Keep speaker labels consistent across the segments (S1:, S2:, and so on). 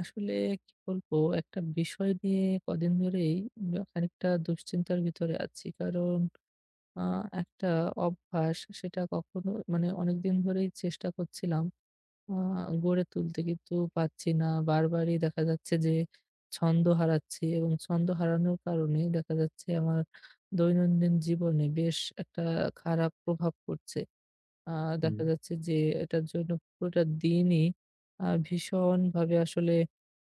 S1: আসলে কি বলবো? একটা বিষয় নিয়ে কদিন ধরেই খানিকটা দুশ্চিন্তার ভিতরে আছি। কারণ আ একটা অভ্যাস, সেটা কখনো মানে অনেকদিন ধরেই চেষ্টা করছিলাম আ গড়ে তুলতে, কিন্তু পারছি না। বারবারই দেখা যাচ্ছে যে ছন্দ হারাচ্ছি, এবং ছন্দ হারানোর কারণে দেখা যাচ্ছে আমার দৈনন্দিন জীবনে বেশ একটা খারাপ প্রভাব পড়ছে। আ
S2: হুম,
S1: দেখা যাচ্ছে যে এটার জন্য পুরোটা দিনই ভীষণভাবে আসলে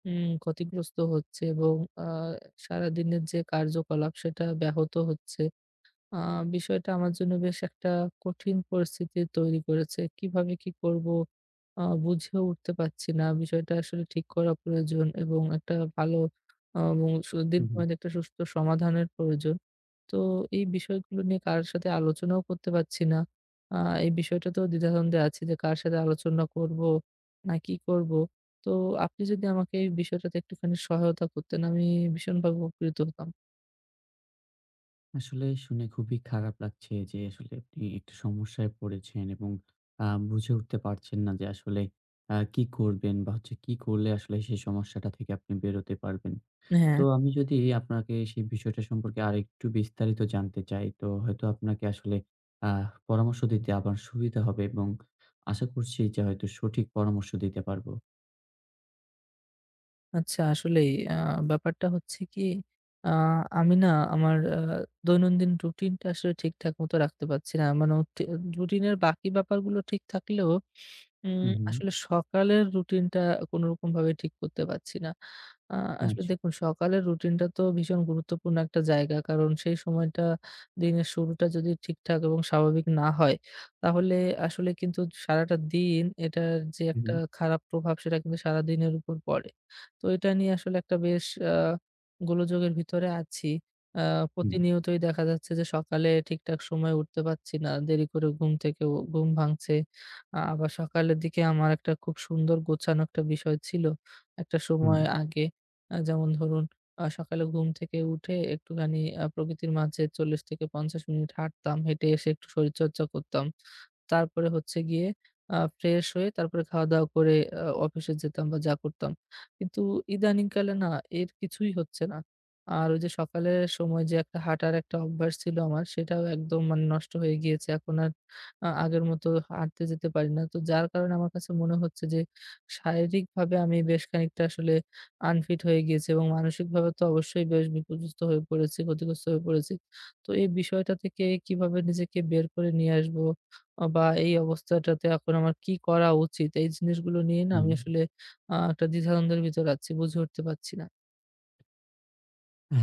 S1: ক্ষতিগ্রস্ত হচ্ছে, এবং আ সারাদিনের যে কার্যকলাপ সেটা ব্যাহত হচ্ছে। আ বিষয়টা আমার জন্য বেশ একটা কঠিন পরিস্থিতি তৈরি করেছে। কিভাবে কি করব বুঝে উঠতে পারছি না। বিষয়টা আসলে ঠিক করা প্রয়োজন, এবং একটা ভালো, এবং
S2: হুম, হুম।
S1: দীর্ঘমেয়াদী একটা সুস্থ সমাধানের প্রয়োজন। তো এই বিষয়গুলো নিয়ে কারো সাথে আলোচনাও করতে পারছি না। আ এই বিষয়টাতেও দ্বিধাদ্বন্দ্বে আছি যে কার সাথে আলোচনা করব না কি করব। তো আপনি যদি আমাকে এই বিষয়টাতে একটুখানি সহায়তা করতেন, আমি ভীষণভাবে উপকৃত হতাম।
S2: আসলে শুনে খুবই খারাপ লাগছে যে আসলে আপনি একটা সমস্যায় পড়েছেন এবং আ বুঝে উঠতে পারছেন না যে আসলে কি করবেন বা হচ্ছে কি করলে আসলে সেই সমস্যাটা থেকে আপনি বেরোতে পারবেন।
S1: হ্যাঁ।
S2: তো আমি যদি আপনাকে সেই বিষয়টা সম্পর্কে আরেকটু বিস্তারিত জানতে চাই, তো হয়তো আপনাকে আসলে পরামর্শ দিতে আমার সুবিধা হবে এবং আশা করছি যে হয়তো সঠিক পরামর্শ দিতে পারবো।
S1: আচ্ছা, আসলেই ব্যাপারটা হচ্ছে কি, আ আমি না, আমার দৈনন্দিন রুটিনটা আসলে ঠিকঠাক মতো রাখতে পারছি না। মানে হচ্ছে রুটিনের বাকি ব্যাপারগুলো ঠিক থাকলেও
S2: হুম, হুম।
S1: আসলে সকালের রুটিনটা কোনরকমভাবে ঠিক করতে পারছি না। আ আসলে
S2: আচ্ছা।
S1: দেখুন, সকালের রুটিনটা তো ভীষণ গুরুত্বপূর্ণ একটা জায়গা। কারণ সেই সময়টা, দিনের শুরুটা যদি ঠিকঠাক এবং স্বাভাবিক না হয়, তাহলে আসলে কিন্তু সারাটা দিন এটার যে
S2: হুম,
S1: একটা
S2: হুম,
S1: খারাপ প্রভাব, সেটা কিন্তু সারাদিনের উপর পড়ে। তো এটা নিয়ে আসলে একটা বেশ আ গোলযোগের ভিতরে আছি। আ
S2: হুম,
S1: প্রতিনিয়তই দেখা যাচ্ছে যে সকালে ঠিকঠাক সময়ে উঠতে পারছি না। দেরি করে ঘুম থেকে ও ঘুম ভাঙছে। আবার সকালের দিকে আমার একটা খুব সুন্দর গোছানো একটা বিষয় ছিল, একটা
S2: হুম,
S1: সময় আগে। যেমন ধরুন, সকালে ঘুম থেকে উঠে একটুখানি প্রকৃতির মাঝে ৪০ থেকে ৫০ মিনিট হাঁটতাম। হেঁটে এসে একটু শরীরচর্চা করতাম। তারপরে হচ্ছে গিয়ে ফ্রেশ হয়ে তারপরে খাওয়া-দাওয়া করে অফিসে যেতাম বা যা করতাম। কিন্তু ইদানিংকালে না, এর কিছুই হচ্ছে না। আর ওই যে সকালের সময়, যে একটা হাঁটার একটা অভ্যাস ছিল আমার, সেটাও একদম মানে নষ্ট হয়ে গিয়েছে। এখন আর আগের মতো হাঁটতে যেতে পারি না। তো যার কারণে আমার কাছে মনে হচ্ছে যে শারীরিকভাবে আমি বেশ খানিকটা আসলে আনফিট হয়ে গিয়েছি, এবং মানসিকভাবে তো অবশ্যই বেশ বিপর্যস্ত হয়ে পড়েছি, ক্ষতিগ্রস্ত হয়ে পড়েছি। তো এই বিষয়টা থেকে কিভাবে নিজেকে বের করে নিয়ে আসবো, বা এই অবস্থাটাতে এখন আমার কি করা উচিত? এই জিনিসগুলো নিয়ে না, আমি
S2: হুম।
S1: আসলে একটা দ্বিধাদ্বন্দ্বের ভিতর আছি। বুঝে উঠতে পারছি না।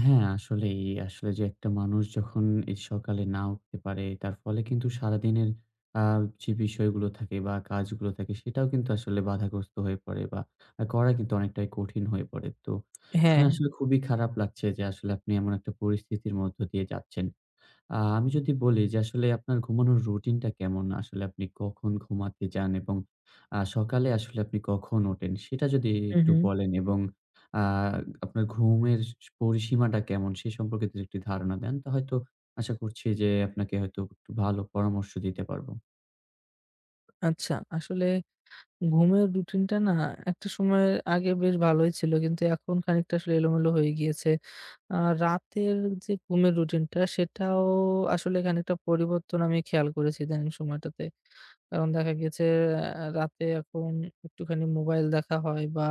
S2: হ্যাঁ, আসলেই। আসলে যে একটা মানুষ যখন এই সকালে না উঠতে পারে, তার ফলে কিন্তু সারাদিনের আ যে বিষয়গুলো থাকে বা কাজগুলো থাকে সেটাও কিন্তু আসলে বাধাগ্রস্ত হয়ে পড়ে বা করা কিন্তু অনেকটাই কঠিন হয়ে পড়ে। তো
S1: হ্যাঁ।
S2: শুনে আসলে খুবই খারাপ লাগছে যে আসলে আপনি এমন একটা পরিস্থিতির মধ্য দিয়ে যাচ্ছেন। আমি যদি বলি যে আসলে আপনার ঘুমানোর রুটিনটা কেমন? আসলে আপনি কখন ঘুমাতে যান এবং সকালে আসলে আপনি কখন ওঠেন? সেটা যদি
S1: হু,
S2: একটু
S1: হু।
S2: বলেন এবং আ আপনার ঘুমের পরিসীমাটা কেমন? সে সম্পর্কে যদি একটি ধারণা দেন, তা হয়তো আশা করছি যে আপনাকে হয়তো একটু ভালো পরামর্শ দিতে পারবো।
S1: আচ্ছা। আসলে ঘুমের রুটিনটা না, একটা সময় আগে বেশ ভালোই ছিল। কিন্তু এখন খানিকটা আসলে এলোমেলো হয়ে গিয়েছে। আ রাতের যে ঘুমের রুটিনটা, সেটাও আসলে খানিকটা পরিবর্তন আমি খেয়াল করেছি ইদানিং সময়টাতে। কারণ দেখা গেছে রাতে এখন একটুখানি মোবাইল দেখা হয়, বা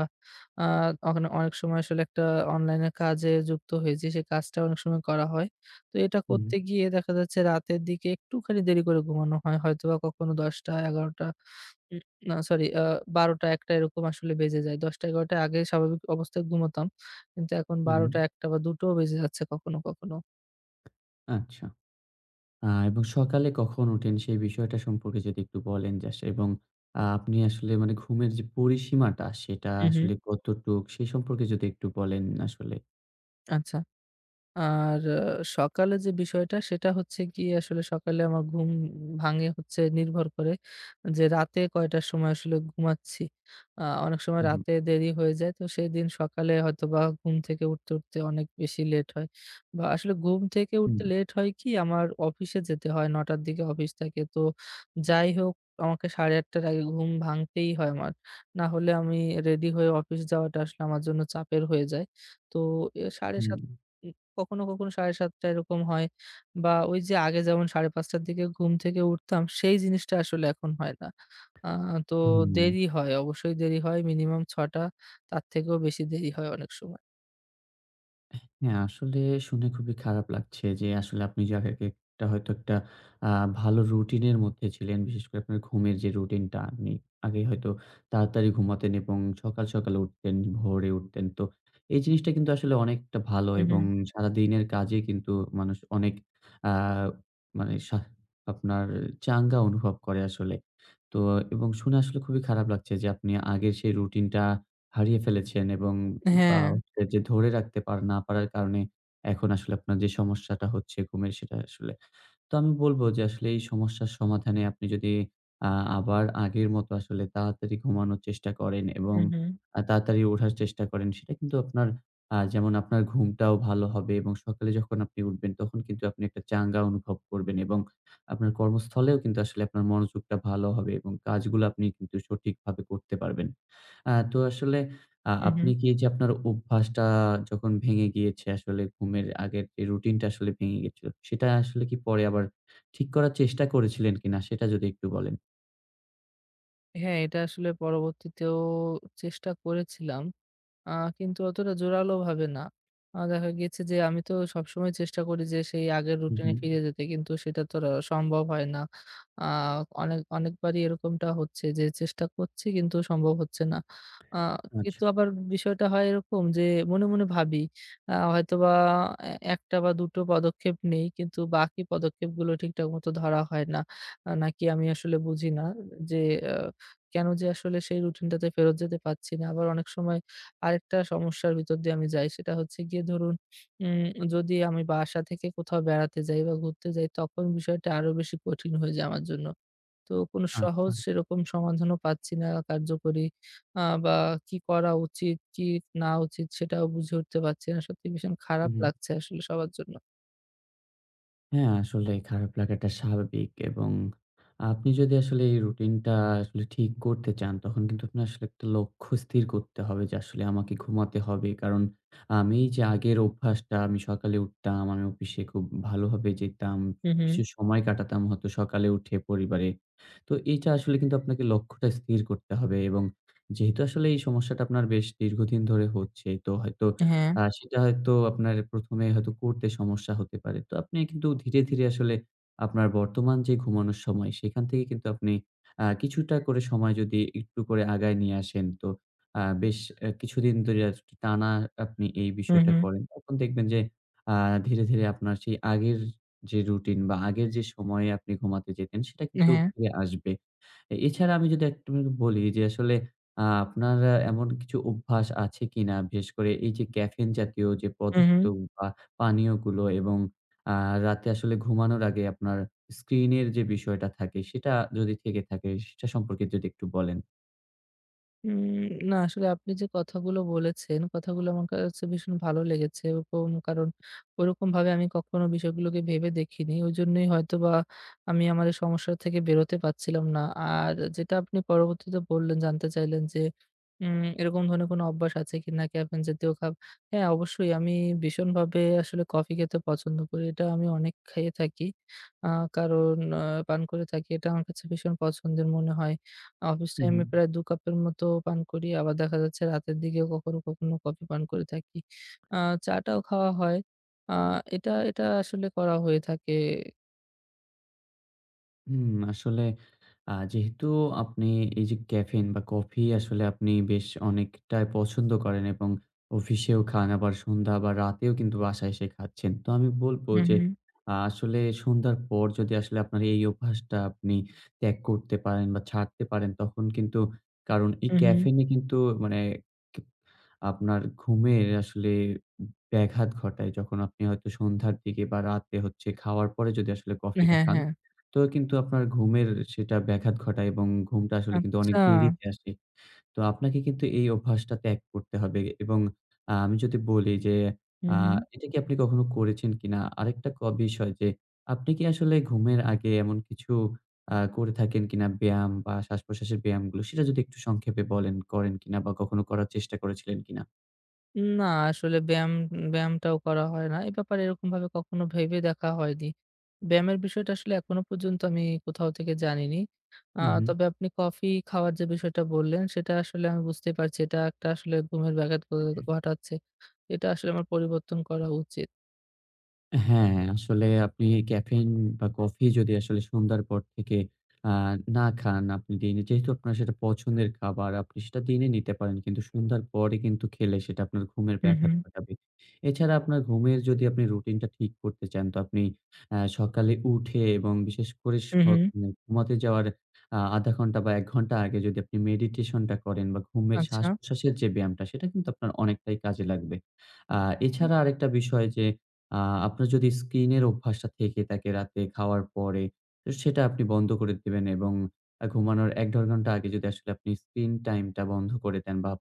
S1: আ ওখানে অনেক সময় আসলে একটা অনলাইনে কাজে যুক্ত হয়েছি। সেই কাজটা অনেক সময় করা হয়। তো এটা
S2: হুম,
S1: করতে গিয়ে দেখা যাচ্ছে রাতের দিকে একটুখানি দেরি করে ঘুমানো হয়। হয়তোবা কখনো ১০টা, ১১টা, উম না সরি, ১২টা-১টা এরকম আসলে বেজে যায়। ১০টা-১১টা আগে স্বাভাবিক অবস্থায় ঘুমাতাম। কিন্তু এখন
S2: হুম,
S1: ১২টা-১টা বা ২টোও বেজে যাচ্ছে কখনো, কখনো।
S2: আচ্ছা। এবং সকালে কখন উঠেন সেই বিষয়টা সম্পর্কে যদি একটু বলেন যে এবং আপনি আসলে মানে ঘুমের যে পরিসীমাটা সেটা
S1: হু, হু।
S2: আসলে কতটুক সে সম্পর্কে যদি একটু বলেন আসলে?
S1: আচ্ছা। আর সকালে যে বিষয়টা, সেটা হচ্ছে গিয়ে আসলে সকালে আমার ঘুম ভাঙে হচ্ছে নির্ভর করে যে রাতে কয়টার সময় আসলে ঘুমাচ্ছি। অনেক সময়
S2: হুম, হুম,
S1: রাতে দেরি হয়ে যায়। তো সেদিন সকালে হয়তোবা ঘুম থেকে উঠতে, উঠতে অনেক বেশি লেট হয়। বা আসলে ঘুম থেকে উঠতে লেট হয়, কি আমার অফিসে যেতে হয়, ৯ টার দিকে অফিস থাকে। তো যাই হোক, আমাকে ৮:৩০ টার আগে ঘুম ভাঙতেই হয় আমার। না হলে আমি রেডি হয়ে অফিস যাওয়াটা আসলে আমার জন্য চাপের হয়ে যায়। তো
S2: হুম, হুম।
S1: ৭:৩০, কখনো, কখনো ৭:৩০ এরকম হয়, বা ওই যে আগে যেমন ৫:৩০ র দিকে ঘুম থেকে উঠতাম, সেই জিনিসটা আসলে এখন হয় না। আ তো
S2: হুম।
S1: দেরি হয়, অবশ্যই দেরি হয়। মিনিমাম ৬:০০, তার থেকেও বেশি দেরি হয় অনেক সময়।
S2: হ্যাঁ, আসলে শুনে খুবই খারাপ লাগছে যে আসলে আপনি যে আগে একটা হয়তো একটা আ ভালো রুটিনের মধ্যে ছিলেন। বিশেষ করে আপনার ঘুমের যে রুটিনটা আপনি আগে হয়তো তাড়াতাড়ি ঘুমাতেন এবং সকাল, সকাল উঠতেন, ভোরে উঠতেন। তো এই জিনিসটা কিন্তু আসলে অনেকটা ভালো
S1: হু, হুম।
S2: এবং সারাদিনের কাজে কিন্তু মানুষ অনেক আ মানে আপনার চাঙ্গা অনুভব করে আসলে। তো এবং শুনে আসলে খুবই খারাপ লাগছে যে আপনি আগের সেই রুটিনটা হারিয়ে ফেলেছেন এবং বা
S1: হ্যাঁ।
S2: হচ্ছে যে ধরে রাখতে পার না পারার কারণে এখন আসলে আপনার যে সমস্যাটা হচ্ছে ঘুমের সেটা আসলে। তো আমি বলব যে আসলে এই সমস্যার সমাধানে আপনি যদি আ আবার আগের মতো আসলে তাড়াতাড়ি ঘুমানোর চেষ্টা করেন এবং
S1: হু, হুম।
S2: তাড়াতাড়ি ওঠার চেষ্টা করেন সেটা কিন্তু আপনার যেমন আপনার ঘুমটাও ভালো হবে এবং সকালে যখন আপনি উঠবেন তখন কিন্তু আপনি একটা চাঙ্গা অনুভব করবেন এবং আপনার কর্মস্থলেও কিন্তু আসলে আপনার মনোযোগটা ভালো হবে এবং কাজগুলো আপনি কিন্তু সঠিকভাবে করতে পারবেন। তো আসলে
S1: হু, হুম।
S2: আপনি কি এই যে আপনার অভ্যাসটা যখন ভেঙে গিয়েছে আসলে ঘুমের আগের যে রুটিনটা আসলে ভেঙে গিয়েছিল, সেটা আসলে কি পরে আবার ঠিক করার চেষ্টা করেছিলেন কিনা? সেটা যদি একটু বলেন।
S1: হ্যাঁ, এটা আসলে পরবর্তীতেও চেষ্টা করেছিলাম। আ কিন্তু অতটা জোরালোভাবে না। দেখা গিয়েছে যে আমি তো সবসময় চেষ্টা করি যে সেই আগের
S2: হু,
S1: রুটিনে
S2: হু।
S1: ফিরে যেতে, কিন্তু সেটা তো আর সম্ভব হয় না। আ অনেক অনেকবারই এরকমটা হচ্ছে যে চেষ্টা করছি, কিন্তু সম্ভব হচ্ছে না। আ
S2: আচ্ছা,
S1: কিন্তু আবার বিষয়টা হয় এরকম যে মনে, মনে ভাবি হয়তোবা ১টা বা ২টো পদক্ষেপ নেই, কিন্তু বাকি পদক্ষেপগুলো ঠিকঠাক মতো ধরা হয় না। নাকি আমি আসলে বুঝি না যে আ কেন যে আসলে সেই রুটিনটাতে ফেরত যেতে পারছি না। আবার অনেক সময় আরেকটা সমস্যার ভিতর দিয়ে আমি যাই, সেটা হচ্ছে গিয়ে ধরুন, উম যদি আমি বাসা থেকে কোথাও বেড়াতে যাই বা ঘুরতে যাই, তখন বিষয়টা আরো বেশি কঠিন হয়ে যায় আমার জন্য। তো কোনো সহজ
S2: আচ্ছা।
S1: সেরকম সমাধানও পাচ্ছি না কার্যকরী। বা কি করা উচিত, কি না উচিত, সেটাও বুঝে উঠতে পারছি না। সত্যি ভীষণ
S2: হু,
S1: খারাপ
S2: হু।
S1: লাগছে আসলে সবার জন্য।
S2: হ্যাঁ, আসলে খারাপ লাগাটা স্বাভাবিক এবং আপনি যদি আসলে এই রুটিনটা আসলে ঠিক করতে চান, তখন কিন্তু আপনার আসলে একটা লক্ষ্য স্থির করতে হবে যে আসলে আমাকে ঘুমাতে হবে। কারণ আমি যে আগের অভ্যাসটা আমি সকালে উঠতাম, আমি অফিসে খুব ভালোভাবে যেতাম,
S1: হু, হু।
S2: কিছু সময় কাটাতাম হয়তো সকালে উঠে পরিবারে। তো এইটা আসলে কিন্তু আপনাকে লক্ষ্যটা স্থির করতে হবে এবং যেহেতু আসলে এই সমস্যাটা আপনার বেশ দীর্ঘদিন ধরে হচ্ছে, তো হয়তো
S1: হ্যাঁ।
S2: সেটা হয়তো আপনার ১ম এ হয়তো করতে সমস্যা হতে পারে। তো আপনি কিন্তু ধীরে, ধীরে আসলে আপনার বর্তমান যে ঘুমানোর সময় সেখান থেকে কিন্তু আপনি কিছুটা করে সময় যদি একটু করে আগায় নিয়ে আসেন তো বেশ কিছুদিন ধরে টানা আপনি এই
S1: হু,
S2: বিষয়টা
S1: হু।
S2: করেন। তখন দেখবেন যে আ ধীরে, ধীরে আপনার সেই আগের যে রুটিন বা আগের যে সময়ে আপনি ঘুমাতে যেতেন সেটা কিন্তু
S1: হ্যাঁ।
S2: ফিরে আসবে। এছাড়া আমি যদি একটা আপনাকে বলি যে আসলে আপনার এমন কিছু অভ্যাস আছে কিনা? বিশেষ করে এই যে ক্যাফেইন জাতীয় যে
S1: হু, হু।
S2: পদার্থ বা পানীয়গুলো এবং আ রাতে আসলে ঘুমানোর আগে আপনার স্ক্রিনের যে বিষয়টা থাকে সেটা যদি থেকে থাকে সেটা সম্পর্কে যদি একটু বলেন?
S1: উম না, আসলে আপনি যে কথাগুলো বলেছেন, কথাগুলো আমার কাছে ভীষণ ভালো লেগেছে। কারণ ওরকমভাবে আমি কখনো বিষয়গুলোকে ভেবে দেখিনি। ওইজন্যই হয়তোবা আমি আমার এই সমস্যা থেকে বেরোতে পারছিলাম না। আর যেটা আপনি পরবর্তীতে বললেন, জানতে চাইলেন যে এরকম ধরনের কোনো অভ্যাস আছে কিনা, ক্যাফেইন জাতীয় হ্যাঁ, অবশ্যই আমি ভীষণভাবে আসলে কফি খেতে পছন্দ করি। এটা আমি অনেক খেয়ে থাকি। আ কারণ পান করে থাকি। এটা আমার কাছে ভীষণ পছন্দের মনে হয়। অফিস
S2: হু, হু।
S1: টাইমে প্রায় ২ কাপের মতো পান করি। আবার দেখা যাচ্ছে রাতের দিকেও কখনো, কখনো কফি পান করে থাকি। আ চাটাও খাওয়া হয়। আ এটা এটা আসলে করা হয়ে থাকে।
S2: হুম, আসলে যেহেতু আপনি এই যে ক্যাফেইন বা কফি আসলে আপনি বেশ অনেকটাই পছন্দ করেন এবং অফিসেও খান আবার সন্ধ্যা বা রাতেও কিন্তু বাসায় এসে খাচ্ছেন। তো আমি বলব
S1: হুম,
S2: যে
S1: হুম।
S2: আসলে সন্ধ্যার পর যদি আসলে আপনার এই অভ্যাসটা আপনি ত্যাগ করতে পারেন বা ছাড়তে পারেন তখন কিন্তু কারণ এই
S1: হুম, হুম।
S2: ক্যাফেইন এ কিন্তু মানে আপনার ঘুমের আসলে ব্যাঘাত ঘটায়। যখন আপনি হয়তো সন্ধ্যার দিকে বা রাতে হচ্ছে খাওয়ার পরে যদি আসলে কফিটা
S1: হ্যাঁ,
S2: খান,
S1: হ্যাঁ।
S2: তো কিন্তু আপনার ঘুমের সেটা ব্যাঘাত ঘটায় এবং ঘুমটা আসলে কিন্তু অনেক
S1: আচ্ছা।
S2: দেরিতে আসে। তো আপনাকে কিন্তু এই অভ্যাসটা ত্যাগ করতে হবে এবং আমি যদি বলি যে
S1: হুম,
S2: আ
S1: হুম।
S2: এটা কি আপনি কখনো করেছেন কিনা? আরেকটা বিষয় যে আপনি কি আসলে ঘুমের আগে এমন কিছু করে থাকেন কিনা ব্যায়াম বা শ্বাস-প্রশ্বাসের ব্যায়ামগুলো সেটা যদি একটু সংক্ষেপে বলেন, করেন কিনা বা কখনো করার চেষ্টা করেছিলেন কিনা?
S1: না, আসলে ব্যায়ামটাও করা হয় না। এ ব্যাপারে এরকমভাবে কখনো ভেবে দেখা হয়নি। ব্যায়ামের বিষয়টা আসলে এখনো পর্যন্ত আমি কোথাও থেকে জানিনি। আ
S2: হুম, হুম।
S1: তবে আপনি কফি খাওয়ার যে বিষয়টা বললেন, সেটা আসলে আমি বুঝতে পারছি, এটা একটা আসলে ঘুমের ব্যাঘাত ঘটাচ্ছে। এটা আসলে আমার পরিবর্তন করা উচিত।
S2: হ্যাঁ, আসলে আপনি ক্যাফেইন বা কফি যদি আসলে সন্ধ্যার পর থেকে আ না খান, আপনি দিনে যেহেতু আপনার সেটা পছন্দের খাবার, আপনি সেটা দিনে নিতে পারেন। কিন্তু সন্ধ্যার পরে কিন্তু খেলে সেটা আপনার ঘুমের
S1: হু, হু।
S2: ব্যাঘাত ঘটাবে। এছাড়া আপনার ঘুমের যদি আপনি রুটিনটা ঠিক করতে চান, তো আপনি সকালে উঠে এবং বিশেষ করে
S1: হু, হু।
S2: মানে ঘুমাতে যাওয়ার আ ০.৫ ঘন্টা বা ১ ঘন্টা আগে যদি আপনি মেডিটেশনটা করেন বা ঘুমের
S1: আচ্ছা।
S2: শ্বাস-প্রশ্বাসের যে ব্যায়ামটা, সেটা কিন্তু আপনার অনেকটাই কাজে লাগবে। আ এছাড়া আরেকটা বিষয় যে আ আপনার যদি স্ক্রিনের অভ্যাসটা থেকে থাকে রাতে খাওয়ার পরে, তো সেটা আপনি বন্ধ করে দিবেন এবং ঘুমানোর ১-১.৫ ঘন্টা আগে যদি আসলে আপনি স্ক্রিন টাইমটা বন্ধ করে দেন বা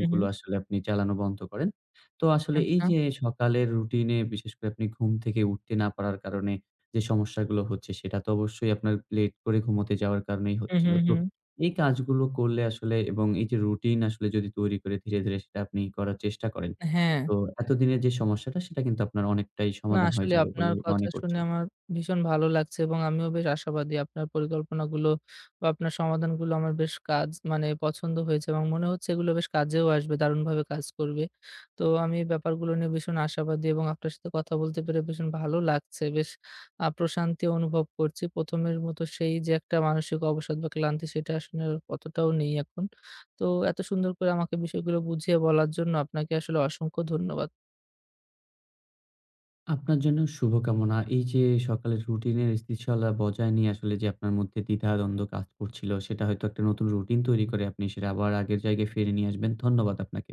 S1: হু, হু।
S2: আসলে আপনি চালানো বন্ধ করেন, তো আসলে এই
S1: আচ্ছা।
S2: যে সকালের রুটিনে বিশেষ করে আপনি ঘুম থেকে উঠতে না পারার কারণে যে সমস্যাগুলো হচ্ছে, সেটা তো অবশ্যই আপনার লেট করে ঘুমোতে যাওয়ার কারণেই
S1: হু, হু,
S2: হচ্ছিল। তো
S1: হু।
S2: এই কাজগুলো করলে আসলে এবং এই যে রুটিন আসলে যদি তৈরি করে ধীরে, ধীরে সেটা আপনি করার চেষ্টা করেন।
S1: হ্যাঁ।
S2: তো এতদিনের যে সমস্যাটা সেটা কিন্তু আপনার অনেকটাই
S1: না,
S2: সমাধান হয়ে
S1: আসলে
S2: যাবে
S1: আপনার
S2: বলে
S1: কথা
S2: মনে
S1: শুনে
S2: করছি।
S1: আমার ভীষণ ভালো লাগছে, এবং আমিও বেশ আশাবাদী। আপনার পরিকল্পনাগুলো বা আপনার সমাধানগুলো আমার বেশ কাজ মানে পছন্দ হয়েছে, এবং মনে হচ্ছে এগুলো বেশ কাজেও আসবে, দারুণভাবে কাজ করবে। তো আমি এই ব্যাপারগুলো নিয়ে ভীষণ আশাবাদী, এবং আপনার সাথে কথা বলতে পেরে ভীষণ ভালো লাগছে। বেশ প্রশান্তি অনুভব করছি। ১ম এর মতো সেই যে একটা মানসিক অবসাদ বা ক্লান্তি, সেটা আসলে অতটাও নেই এখন। তো এত সুন্দর করে আমাকে বিষয়গুলো বুঝিয়ে বলার জন্য আপনাকে আসলে অসংখ্য ধন্যবাদ।
S2: আপনার জন্য শুভকামনা। এই যে সকালের রুটিনের স্থিতিশীলতা বজায় নিয়ে আসলে যে আপনার মধ্যে দ্বিধা-দ্বন্দ্ব কাজ করছিল সেটা হয়তো একটা নতুন রুটিন তৈরি করে আপনি সেটা আবার আগের জায়গায় ফিরিয়ে নিয়ে আসবেন। ধন্যবাদ আপনাকে।